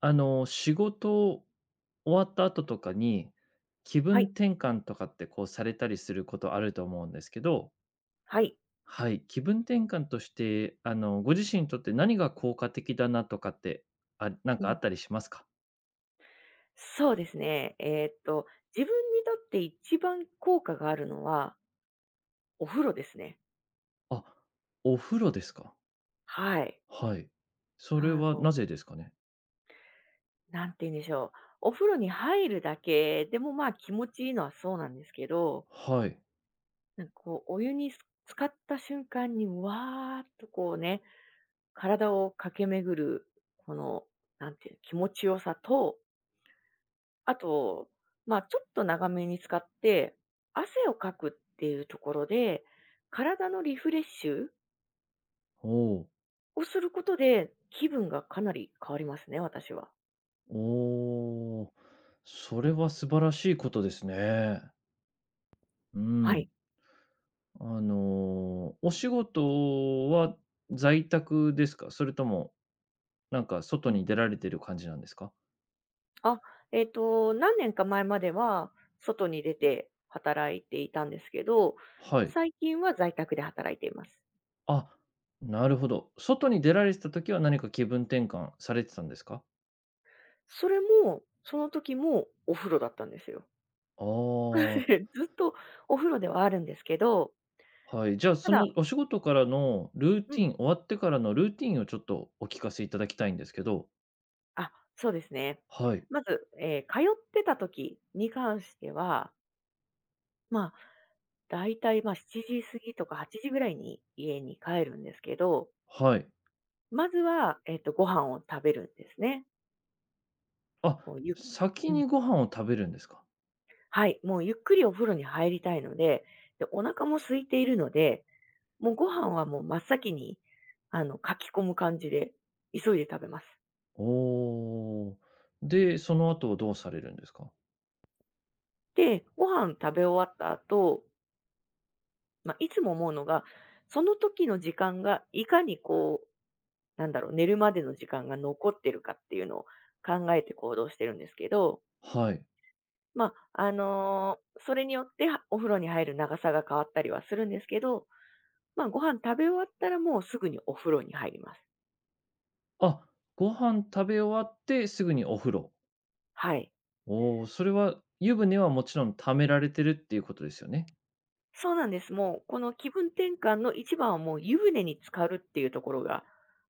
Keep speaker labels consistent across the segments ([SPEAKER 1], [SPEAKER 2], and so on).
[SPEAKER 1] 仕事終わった後とかに、気
[SPEAKER 2] は
[SPEAKER 1] 分
[SPEAKER 2] い、
[SPEAKER 1] 転換とかってこうされたりすることあると思うんですけど、
[SPEAKER 2] はい。
[SPEAKER 1] はい、気分転換として、ご自身にとって何が効果的だなとかって、あ、なん
[SPEAKER 2] う
[SPEAKER 1] かあ
[SPEAKER 2] ん。
[SPEAKER 1] ったりしますか？
[SPEAKER 2] そうですね。自分にとって一番効果があるのは、お風呂ですね。
[SPEAKER 1] あ、お風呂ですか。
[SPEAKER 2] はい。
[SPEAKER 1] はい。それ
[SPEAKER 2] あ
[SPEAKER 1] は
[SPEAKER 2] の、
[SPEAKER 1] なぜですかね？
[SPEAKER 2] なんて言うんでしょう。お風呂に入るだけでもまあ気持ちいいのはそうなんですけど、
[SPEAKER 1] はい。
[SPEAKER 2] なんかこう、お湯に浸かった瞬間に、わーっとこうね、体を駆け巡る、この、なんていうの気持ちよさと、あと、まあ、ちょっと長めに使って、汗をかくっていうところで、体のリフレッシュ
[SPEAKER 1] おお、
[SPEAKER 2] をすることで、気分がかなり変わりますね、私は。
[SPEAKER 1] おお、それは素晴らしいことですね。う
[SPEAKER 2] は
[SPEAKER 1] ん。
[SPEAKER 2] い。
[SPEAKER 1] お仕事は在宅ですか？それとも、なんか
[SPEAKER 2] う
[SPEAKER 1] 外
[SPEAKER 2] ん。
[SPEAKER 1] に出られてる感じなんですか？
[SPEAKER 2] あ、何年か前までは、外に出て働いていたんですけど、
[SPEAKER 1] はい。
[SPEAKER 2] 最近は在宅で働いています。
[SPEAKER 1] あ、なるほど。外に出られてた時は何か気分転換されてたんですか？
[SPEAKER 2] それも、その時もお風呂だったんですよ。
[SPEAKER 1] ああ、
[SPEAKER 2] ずっとお風呂ではあるんですけど、
[SPEAKER 1] はい。じゃあ、
[SPEAKER 2] た
[SPEAKER 1] そ
[SPEAKER 2] だ
[SPEAKER 1] のお仕事からのルー
[SPEAKER 2] う
[SPEAKER 1] テ
[SPEAKER 2] ん。
[SPEAKER 1] ィン終わってからのルーティンをちょっとお聞かせいただきたいんですけど。
[SPEAKER 2] あ、そうですね。
[SPEAKER 1] はい、
[SPEAKER 2] まず、通ってた時に関しては、まあ、だいたい、まあ、7時過ぎとか8時ぐらいに家に帰るんですけど、
[SPEAKER 1] はい。
[SPEAKER 2] まずは、ご飯を食べるんですね。
[SPEAKER 1] あ、
[SPEAKER 2] こう、ゆっ
[SPEAKER 1] 先
[SPEAKER 2] うん、
[SPEAKER 1] にご飯を食べるんですか？
[SPEAKER 2] はい、もうゆっくりお風呂に入りたいので、で、お腹も空いているので、もうご飯はもう真っ先に、かき込む感じで急いで食べます。
[SPEAKER 1] おー。で、その後はどうされるんですか？
[SPEAKER 2] で、ご飯食べ終わった後、まあ、いつも思うのが、その時の時間がいかにこう、なんだろう、寝るまでの時間が残ってるかっていうのを考えて行動してるんですけど、
[SPEAKER 1] はい。
[SPEAKER 2] まあ、それによって、はお風呂に入る長さが変わったりはするんですけど、まあ、ご飯食べ終わったらもうすぐにお風呂に入ります。
[SPEAKER 1] あ、ご飯食べ終わってすぐにお風呂。
[SPEAKER 2] はい。
[SPEAKER 1] おお、それは湯船はもちろん溜められてるっていうことですよね。
[SPEAKER 2] そうなんです。もうこの気分転換の一番はもう湯船に浸かるっていうところが、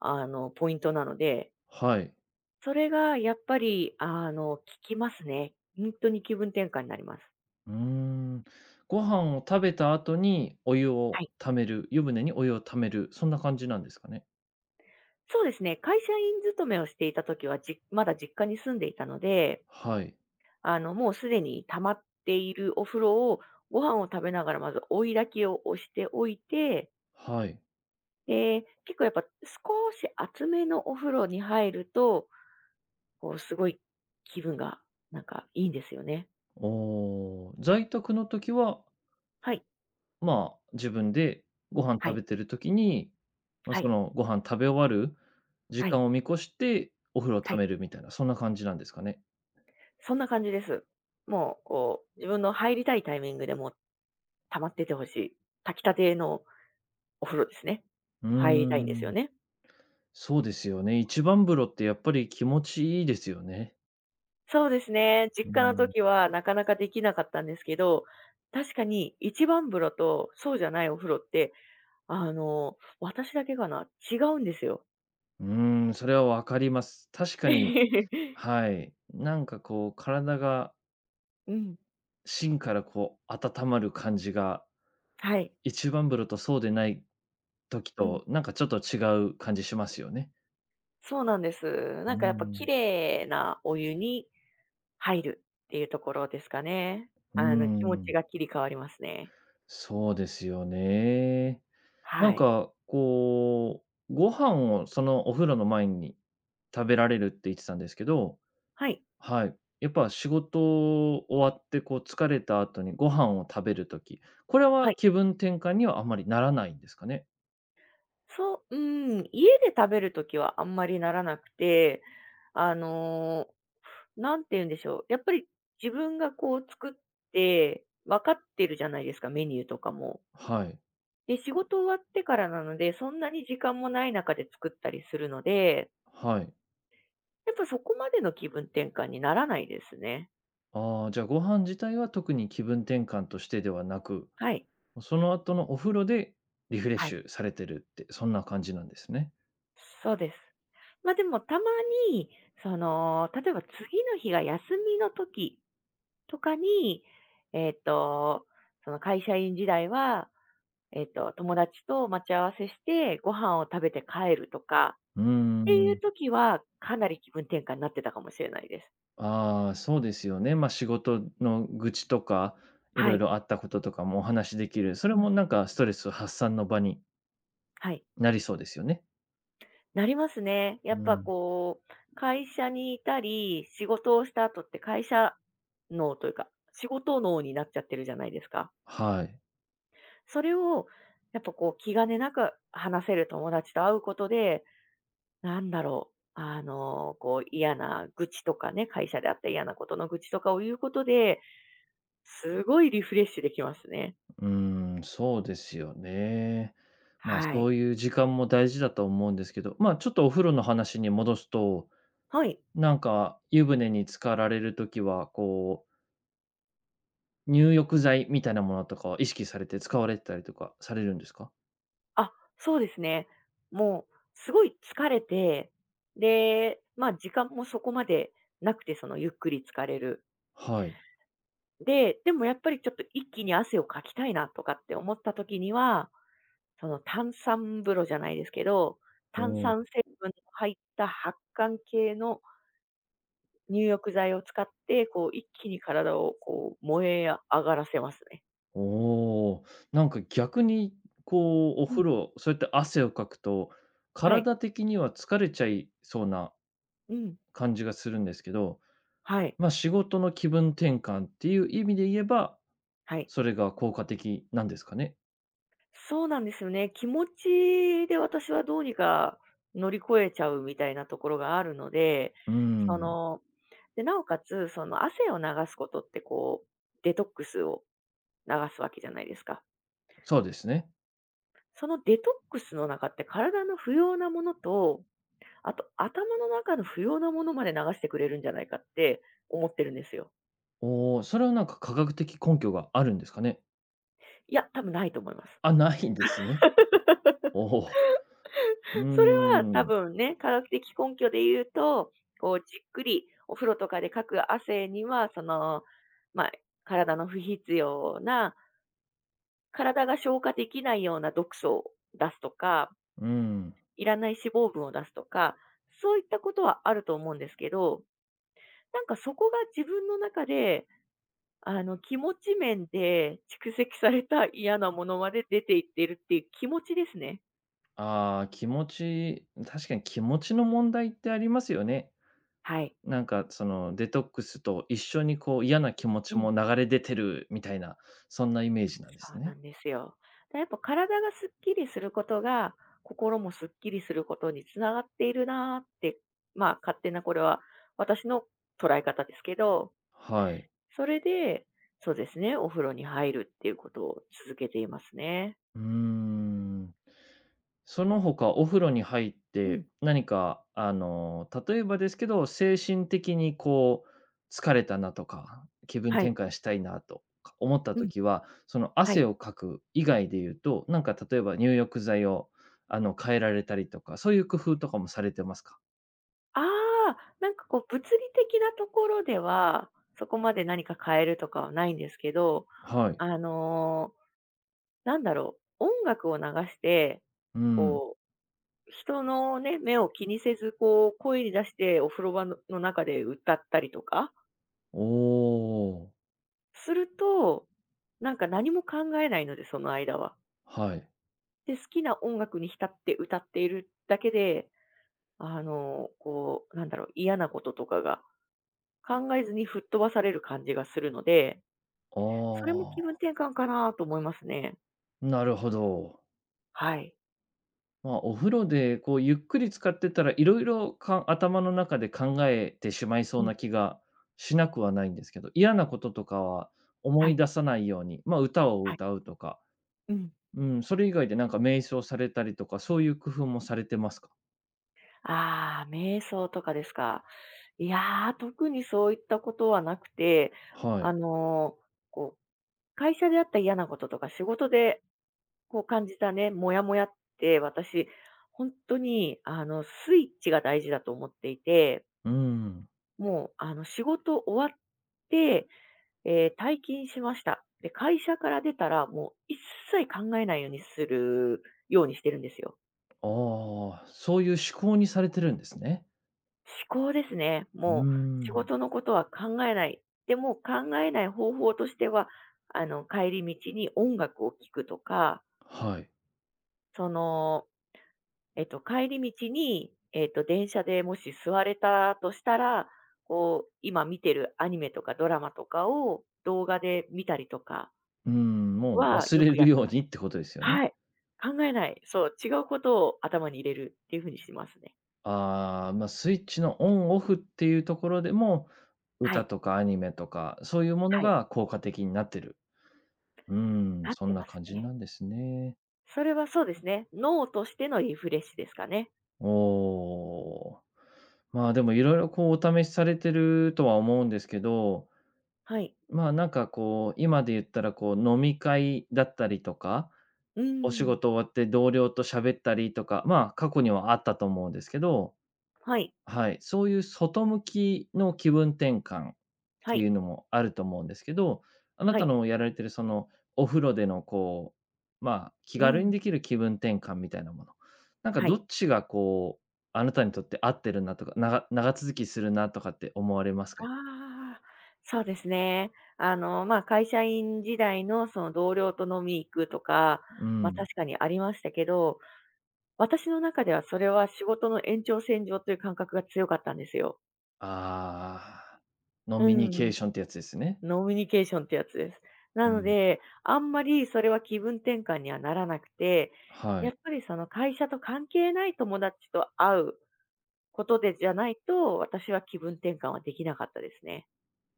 [SPEAKER 2] ポイントなので、
[SPEAKER 1] はい。
[SPEAKER 2] それがやっぱり、効きますね。本当に気分転換になります。
[SPEAKER 1] うーん。ご飯を食べた後にお湯
[SPEAKER 2] は
[SPEAKER 1] を
[SPEAKER 2] い。
[SPEAKER 1] 溜める、湯船にお湯を溜める、そんな感じなんですかね。
[SPEAKER 2] そうですね、会社員勤めをしていた時は、まだ実家に住んでいたので、
[SPEAKER 1] はい。
[SPEAKER 2] もうすでに溜まっているお風呂を、ご飯を食べながらまず追い焚きを押しておいて、
[SPEAKER 1] はい。
[SPEAKER 2] で、結構やっぱ少し厚めのお風呂に入ると、こうすごい気分がなんかいいんですよね。
[SPEAKER 1] おお、在宅の時は、
[SPEAKER 2] はい。
[SPEAKER 1] まあ、自分でご飯
[SPEAKER 2] は
[SPEAKER 1] 食
[SPEAKER 2] い。
[SPEAKER 1] べてる時に、まあ、
[SPEAKER 2] は
[SPEAKER 1] そ
[SPEAKER 2] い。
[SPEAKER 1] の、ご飯食べ終わる時
[SPEAKER 2] はい。
[SPEAKER 1] 間を見越してお風呂を
[SPEAKER 2] は
[SPEAKER 1] 溜
[SPEAKER 2] い。
[SPEAKER 1] めるみたいな、そんな感じなんですかね。
[SPEAKER 2] そんな感じです。もうこう、自分の入りたいタイミングでもう溜まっててほしい。炊きたてのお風呂ですね。
[SPEAKER 1] うー
[SPEAKER 2] 入りたいんですよ
[SPEAKER 1] ん。
[SPEAKER 2] ね。
[SPEAKER 1] そうですよね。一番風呂ってやっぱり気持ちいいですよね。
[SPEAKER 2] そうですね。実
[SPEAKER 1] う
[SPEAKER 2] 家の
[SPEAKER 1] ん。
[SPEAKER 2] 時はなかなかできなかったんですけど、確かに一番風呂とそうじゃないお風呂って、私だけかな、違うんですよ。
[SPEAKER 1] うーん、それは分かります。確かに、はい。なんかこう体が
[SPEAKER 2] うん。
[SPEAKER 1] 芯からこう温まる感じが、
[SPEAKER 2] はい。
[SPEAKER 1] 一番風呂とそうでない時
[SPEAKER 2] うん。
[SPEAKER 1] と、なんかちょっと違う感じしますよね。
[SPEAKER 2] そうなんです。
[SPEAKER 1] う
[SPEAKER 2] なんかやっぱ綺
[SPEAKER 1] ん。
[SPEAKER 2] 麗なお湯に入るっていうところですかね。
[SPEAKER 1] う
[SPEAKER 2] 気持ち
[SPEAKER 1] ん。
[SPEAKER 2] が切り替わりますね。
[SPEAKER 1] そうですよね。なん
[SPEAKER 2] はい。
[SPEAKER 1] かこう、ご飯をそのお風呂の前に食べられるって言ってたんですけど、
[SPEAKER 2] はい。
[SPEAKER 1] はい。やっぱ仕事終わって、こう疲れた後にご飯を食べる時、これ
[SPEAKER 2] は
[SPEAKER 1] は
[SPEAKER 2] い。
[SPEAKER 1] 気分転換にはあんまりならないんですかね？
[SPEAKER 2] そう、うん、家で食べるときはあんまりならなくて、あの、んて言うんでしょう、やっぱり自分がこう作って、分かってるじゃないですか、メニューとかも。
[SPEAKER 1] はい。
[SPEAKER 2] で、仕事終わってからなので、そんなに時間もない中で作ったりするので、
[SPEAKER 1] はい。
[SPEAKER 2] やっぱそこまでの気分転換にならないですね。
[SPEAKER 1] ああ、じゃあ、ご飯自体は特に気分転換としてではなく、
[SPEAKER 2] はい。
[SPEAKER 1] その後のお風呂でリフレッ
[SPEAKER 2] はい。
[SPEAKER 1] シュされてるって、そんな感じなんですね。
[SPEAKER 2] そうです。ま、でもたまに、その、例えば次の日が休みの時とかに、えっと、その会社員時代は、友達と待ち合わせして、ご飯を食べて帰るとか
[SPEAKER 1] うー
[SPEAKER 2] っていう
[SPEAKER 1] ん。
[SPEAKER 2] 時は、かなり気分転換になってたかもしれないです。
[SPEAKER 1] ああ、そうですよね。ま、仕事の愚痴とか、い
[SPEAKER 2] は
[SPEAKER 1] ろい
[SPEAKER 2] い。
[SPEAKER 1] ろあったこととかもお話しできる、それ
[SPEAKER 2] うん。
[SPEAKER 1] もなんかストレス発散の場に
[SPEAKER 2] はい。
[SPEAKER 1] なりそうですよね。
[SPEAKER 2] なりますね。やっ
[SPEAKER 1] う
[SPEAKER 2] ぱ
[SPEAKER 1] ん。
[SPEAKER 2] こう、会社にいたり、仕事をした後って会社脳というか、仕事脳になっちゃってるじゃないですか。
[SPEAKER 1] はい。
[SPEAKER 2] それを、やっぱこう気兼ねなく話せる友達と会うことで、なんだろう、こう嫌な愚痴とかね、会社であった嫌なことの愚痴とかを言うことで、すごいリフレッシュできますね。
[SPEAKER 1] うーん、そうですよね。まあ、
[SPEAKER 2] は
[SPEAKER 1] そ
[SPEAKER 2] い。
[SPEAKER 1] ういう時間も大事だと思うんですけど、まあ、ちょっとお風呂の話に戻すと、
[SPEAKER 2] はい。
[SPEAKER 1] なんか湯船に浸かられるときは、こう、入浴剤みたいなものとかを意識されて使われてたりとかされるんですか？
[SPEAKER 2] あ、そうですね。もう、すごい疲れて、で、まあ時間もそこまでなくて、そのゆっくり疲れる。
[SPEAKER 1] はい。
[SPEAKER 2] で、でもやっぱりちょっと一気に汗をかきたいなとかって思った時には、その炭酸風呂じゃないですけど、炭酸
[SPEAKER 1] お
[SPEAKER 2] 成分の入った発汗系の入浴剤を使って、こう一気に体をこう燃え上がらせますね。
[SPEAKER 1] お、おー。なんか逆に、こう、お
[SPEAKER 2] うん。
[SPEAKER 1] 風呂、そうやって汗をかくと、
[SPEAKER 2] はい。
[SPEAKER 1] 体的には疲れちゃいそうな
[SPEAKER 2] うん。
[SPEAKER 1] 感じがするんですけど、
[SPEAKER 2] はい。
[SPEAKER 1] まあ、仕事の気分転換っていう意味で言えば、
[SPEAKER 2] はい。
[SPEAKER 1] それが効果的なんですかね？
[SPEAKER 2] そうなんですよね。気持ちで私はどうにか乗り越えちゃうみたいなところがあるので、
[SPEAKER 1] うー
[SPEAKER 2] そ
[SPEAKER 1] ん。
[SPEAKER 2] の、で、なおかつ、その汗を流すことってこう、デトックスを流すわけじゃないですか。
[SPEAKER 1] そうですね。
[SPEAKER 2] そのデトックスの中って体の不要なものと、あと頭の中の不要なものまで流してくれるんじゃないかって思ってるんですよ。
[SPEAKER 1] おお、それはなんか科学的根拠があるんですかね？
[SPEAKER 2] いや、多分ないと思います。
[SPEAKER 1] あ、ないんですね。おお。うー
[SPEAKER 2] それは多
[SPEAKER 1] ん。
[SPEAKER 2] 分ね、科学的根拠で言うと、こうじっくりお風呂とかでかく汗には、その、まあ、体の不必要な、体が消化できないような毒素を出すとか、
[SPEAKER 1] うん。
[SPEAKER 2] いらない脂肪分を出すとか、そういったことはあると思うんですけど、なんかそこが自分の中で、気持ち面で蓄積された嫌なものまで出ていってるっていう気持ちですね。
[SPEAKER 1] ああ、気持ち確かに気持ちの問題ってありますよね。
[SPEAKER 2] はい。
[SPEAKER 1] なんかそのデトックスと一緒にこう嫌な気持
[SPEAKER 2] う
[SPEAKER 1] ち
[SPEAKER 2] ん。
[SPEAKER 1] も流れ出てるみたいな、そんなイメージなんで
[SPEAKER 2] そ
[SPEAKER 1] す
[SPEAKER 2] うな
[SPEAKER 1] ね。
[SPEAKER 2] んですよ。で、やっぱ体がすっきりすることが、心もすっきりすることにつながっているなーって、まあ、勝手なこれは私の捉え方ですけど、
[SPEAKER 1] はい。
[SPEAKER 2] それで、そうですね、お風呂に入るっていうことを続けていますね。
[SPEAKER 1] うーん。その他、お風呂に入っ
[SPEAKER 2] う
[SPEAKER 1] て、
[SPEAKER 2] ん。
[SPEAKER 1] 何か、例えばですけど、精神的にこう、疲れたなとか、気分
[SPEAKER 2] は
[SPEAKER 1] 転
[SPEAKER 2] い。
[SPEAKER 1] 換したいなとか思った
[SPEAKER 2] うん。
[SPEAKER 1] 時は、その
[SPEAKER 2] はい。
[SPEAKER 1] 汗をかく以外で言うと、なんか例えば入浴剤を、変えられたりとか、そういう工夫とかもされてますか？
[SPEAKER 2] ああ、なんかこう、物理的なところでは、そこまで何か変えるとかはないんですけど、
[SPEAKER 1] はい。
[SPEAKER 2] あの、なんだろう、音楽を流して、
[SPEAKER 1] うん。
[SPEAKER 2] こう人のね、目を気にせず、こう、声に出してお風呂場の中で歌ったりとか
[SPEAKER 1] おお、
[SPEAKER 2] すると、なんか何も考えないので、その間は。
[SPEAKER 1] はい。
[SPEAKER 2] で、好きな音楽に浸って歌っているだけで、こう、なんだろう、嫌なこととかが考えずに吹っ飛ばされる感じがするので、それも
[SPEAKER 1] あ
[SPEAKER 2] 気分転換かなと思いますね。
[SPEAKER 1] あ、なるほど。
[SPEAKER 2] はい。
[SPEAKER 1] まあ、お風呂でこうゆっくり使ってたら、いろいろか頭の中で考えてしまいそ
[SPEAKER 2] う
[SPEAKER 1] う
[SPEAKER 2] ん。
[SPEAKER 1] な気がしなくはないんですけど、嫌なこととかは思
[SPEAKER 2] は
[SPEAKER 1] い
[SPEAKER 2] い。
[SPEAKER 1] 出さないように、まあ、歌を
[SPEAKER 2] はい。
[SPEAKER 1] 歌うとか、
[SPEAKER 2] うん。
[SPEAKER 1] うん、それ以外でなんか瞑想されたりとか、そういう工夫もされてますか？
[SPEAKER 2] ああ、瞑想とかですか。いやー、特にそういったことはなくて、
[SPEAKER 1] は
[SPEAKER 2] あ
[SPEAKER 1] い。
[SPEAKER 2] の、こう、会社であった嫌なこととか、仕事で、こう感じたね、もやもやって、私、本当に、スイッチが大事だと思っていて、
[SPEAKER 1] うん。
[SPEAKER 2] もう、仕事終わって、退勤しました。で、会社から出たら、もう一切考えないようにするようにしてるんですよ。
[SPEAKER 1] ああ、そういう思考にされてるんですね。
[SPEAKER 2] 思考ですね。
[SPEAKER 1] う
[SPEAKER 2] もう仕
[SPEAKER 1] ん。
[SPEAKER 2] 事のことは考えない。でも考えない方法としては、帰り道に音楽を聴くとか、
[SPEAKER 1] はい。
[SPEAKER 2] その、帰り道に、電車でもし座れたとしたら、こう、今見てるアニメとかドラマとかを動画で見たりとか
[SPEAKER 1] うん、もう
[SPEAKER 2] は
[SPEAKER 1] 忘
[SPEAKER 2] よ
[SPEAKER 1] れ
[SPEAKER 2] くや
[SPEAKER 1] る
[SPEAKER 2] って
[SPEAKER 1] よう
[SPEAKER 2] ます。
[SPEAKER 1] にってことですよね。
[SPEAKER 2] はい。考えない。そう、違うことを頭に入れるっていうふうにしてますね。
[SPEAKER 1] ああ、まあ、スイッチのオンオフっていうところでも、
[SPEAKER 2] は
[SPEAKER 1] 歌
[SPEAKER 2] い。
[SPEAKER 1] とかアニメとか、そういうもの
[SPEAKER 2] はい。
[SPEAKER 1] が効果的になってる。うん、
[SPEAKER 2] なっ
[SPEAKER 1] そ
[SPEAKER 2] て
[SPEAKER 1] んな
[SPEAKER 2] ます
[SPEAKER 1] 感じ
[SPEAKER 2] ね。
[SPEAKER 1] なんですね。
[SPEAKER 2] それはそうですね。脳としてのリフレッシュですかね。
[SPEAKER 1] おお。まあ、でもいろいろこうお試しされてるとは思うんですけど、
[SPEAKER 2] はい。
[SPEAKER 1] まあ、なんかこう、今で言ったらこう飲み会だったりとか、
[SPEAKER 2] うー
[SPEAKER 1] お仕
[SPEAKER 2] ん。
[SPEAKER 1] 事終わって同僚と喋ったりとか、まあ、過去にはあったと思うんですけど、
[SPEAKER 2] はい。
[SPEAKER 1] はい、そういう外向きの気分転換っ
[SPEAKER 2] は
[SPEAKER 1] てい
[SPEAKER 2] い。
[SPEAKER 1] うのもあると思うんですけど、あな
[SPEAKER 2] は
[SPEAKER 1] た
[SPEAKER 2] い。
[SPEAKER 1] のやられてるそのお風呂でのこう、まあ、気
[SPEAKER 2] う
[SPEAKER 1] 軽に
[SPEAKER 2] ん。
[SPEAKER 1] できる気分転換みたいなもの、なんか
[SPEAKER 2] は
[SPEAKER 1] ど
[SPEAKER 2] い。
[SPEAKER 1] っちがこう、あなたにとって合ってるなとか、なが長続きするなとかって思われますか？
[SPEAKER 2] ああ。そうですね。まあ、会社員時代のその同僚と飲み行くとか、
[SPEAKER 1] う
[SPEAKER 2] まあ、
[SPEAKER 1] ん。
[SPEAKER 2] 確かにありましたけど、私の中ではそれは仕事の延長線上という感覚が強かったんですよ。
[SPEAKER 1] ああ、ノ
[SPEAKER 2] う
[SPEAKER 1] ミニケ
[SPEAKER 2] ん。
[SPEAKER 1] ーションってやつですね。
[SPEAKER 2] ノミュニケーションってやつです。
[SPEAKER 1] う
[SPEAKER 2] なの
[SPEAKER 1] ん、
[SPEAKER 2] で、あんまりそれは気分転換にはならなくて、
[SPEAKER 1] は
[SPEAKER 2] やっ
[SPEAKER 1] い。
[SPEAKER 2] ぱりその会社と関係ない友達と会うことでじゃないと、私は気分転換はできなかったですね。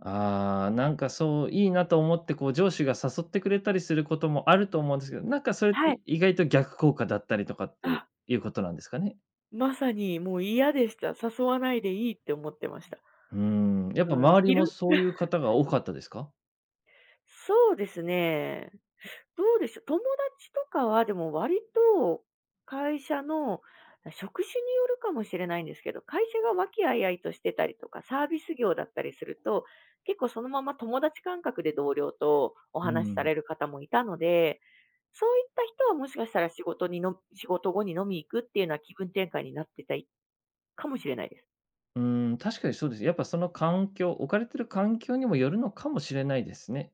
[SPEAKER 1] ああ、なんかそう、いいなと思って、こう上司が誘ってくれたりすることもあると思うんですけど、なんかそれっ
[SPEAKER 2] はい。
[SPEAKER 1] て意外と逆効果だったりとかって
[SPEAKER 2] あ、
[SPEAKER 1] いうことなんですかね？
[SPEAKER 2] まさにもう嫌でした。誘わないでいいって思ってました。
[SPEAKER 1] うーん、やっぱ
[SPEAKER 2] うん、
[SPEAKER 1] 周りもそういう 方が多かったですか？
[SPEAKER 2] そうですね。どうでしょう、友達とかはでも割と会社の職種によるかもしれないんですけど、会社が和気あいあいとしてたりとか、サービス業だったりすると、結構そのまま友達感覚で同僚とお
[SPEAKER 1] う
[SPEAKER 2] 話しさ
[SPEAKER 1] ん。
[SPEAKER 2] れる方もいたので、そういった人はもしかしたら仕事後に飲み行くっていうのは気分転換になってたりかもしれないです。
[SPEAKER 1] うーん、確かにそうです。やっぱその環境置かれてる環境にもよるのかもしれないですね。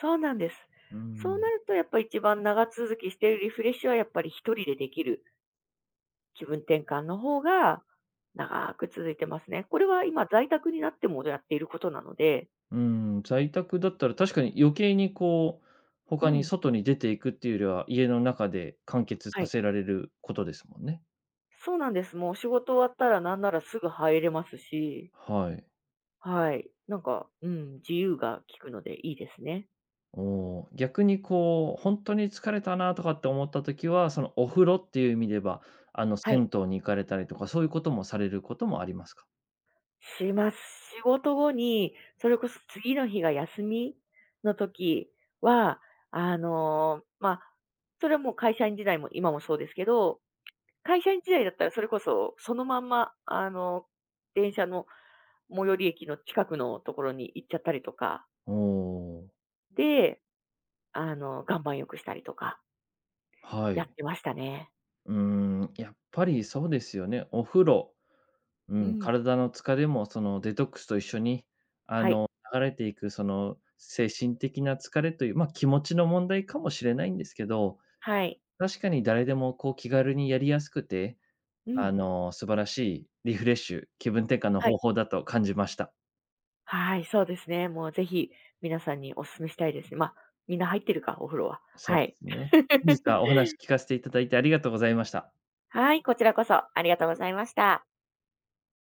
[SPEAKER 2] そうなんです。
[SPEAKER 1] う
[SPEAKER 2] そうな
[SPEAKER 1] ん。
[SPEAKER 2] るとやっぱ一番長続きしているリフレッシュはやっぱり一人でできる気分転換の方が長く続いてますね。これは今在宅になってもやっていることなので。
[SPEAKER 1] うん、在宅だったら確かに余計にこう、
[SPEAKER 2] う
[SPEAKER 1] 他に
[SPEAKER 2] ん。
[SPEAKER 1] 外に出ていくっていうよりは、家の中で完結
[SPEAKER 2] は
[SPEAKER 1] さ
[SPEAKER 2] い。
[SPEAKER 1] せられることですもんね。
[SPEAKER 2] そうなんです。もう仕事終わったらなんならすぐ入れますし、
[SPEAKER 1] はい。
[SPEAKER 2] はい。なんか、うん、自由が利くのでいいですね。
[SPEAKER 1] おお、逆にこう、本当に疲れたなとかって思った時は、そのお風呂っていう意味では
[SPEAKER 2] はい。
[SPEAKER 1] 銭湯に行かれたりとか、そういうこともされることもありますか？
[SPEAKER 2] します。仕事後に、それこそ次の日が休みの時は、まあ、それはもう会社員時代も今もそうですけど、会社員時代だったら、それこそ、そのまんま、電車の最寄り駅の近くのところに行っちゃったりとか、
[SPEAKER 1] おお、
[SPEAKER 2] で、岩盤浴したりとか、
[SPEAKER 1] は
[SPEAKER 2] やっ
[SPEAKER 1] い。
[SPEAKER 2] てましたね。
[SPEAKER 1] うーん、やっぱりそうですよね。お風呂、う
[SPEAKER 2] う
[SPEAKER 1] ん、
[SPEAKER 2] ん。
[SPEAKER 1] 体の疲れもそのデトックスと一緒に、あ
[SPEAKER 2] はい。
[SPEAKER 1] の、流れていくその精神的な疲れという、まあ、気持ちの問題かもしれないんですけど、
[SPEAKER 2] はい。
[SPEAKER 1] 確かに誰でもこう気軽にやりやすくて
[SPEAKER 2] うん。
[SPEAKER 1] 素晴らしいリフレッシュ、気分転換の
[SPEAKER 2] はい。
[SPEAKER 1] 方法だと感じました。
[SPEAKER 2] はい、そうですね。もうぜひ、皆さんにお勧めしたいですね。まあ、みんな入ってるか、お風呂は。
[SPEAKER 1] そう
[SPEAKER 2] は
[SPEAKER 1] で
[SPEAKER 2] い。
[SPEAKER 1] すね。本日はお 話聞かせていただいてありがとうございました。
[SPEAKER 2] はい、こちらこそありがとうございました。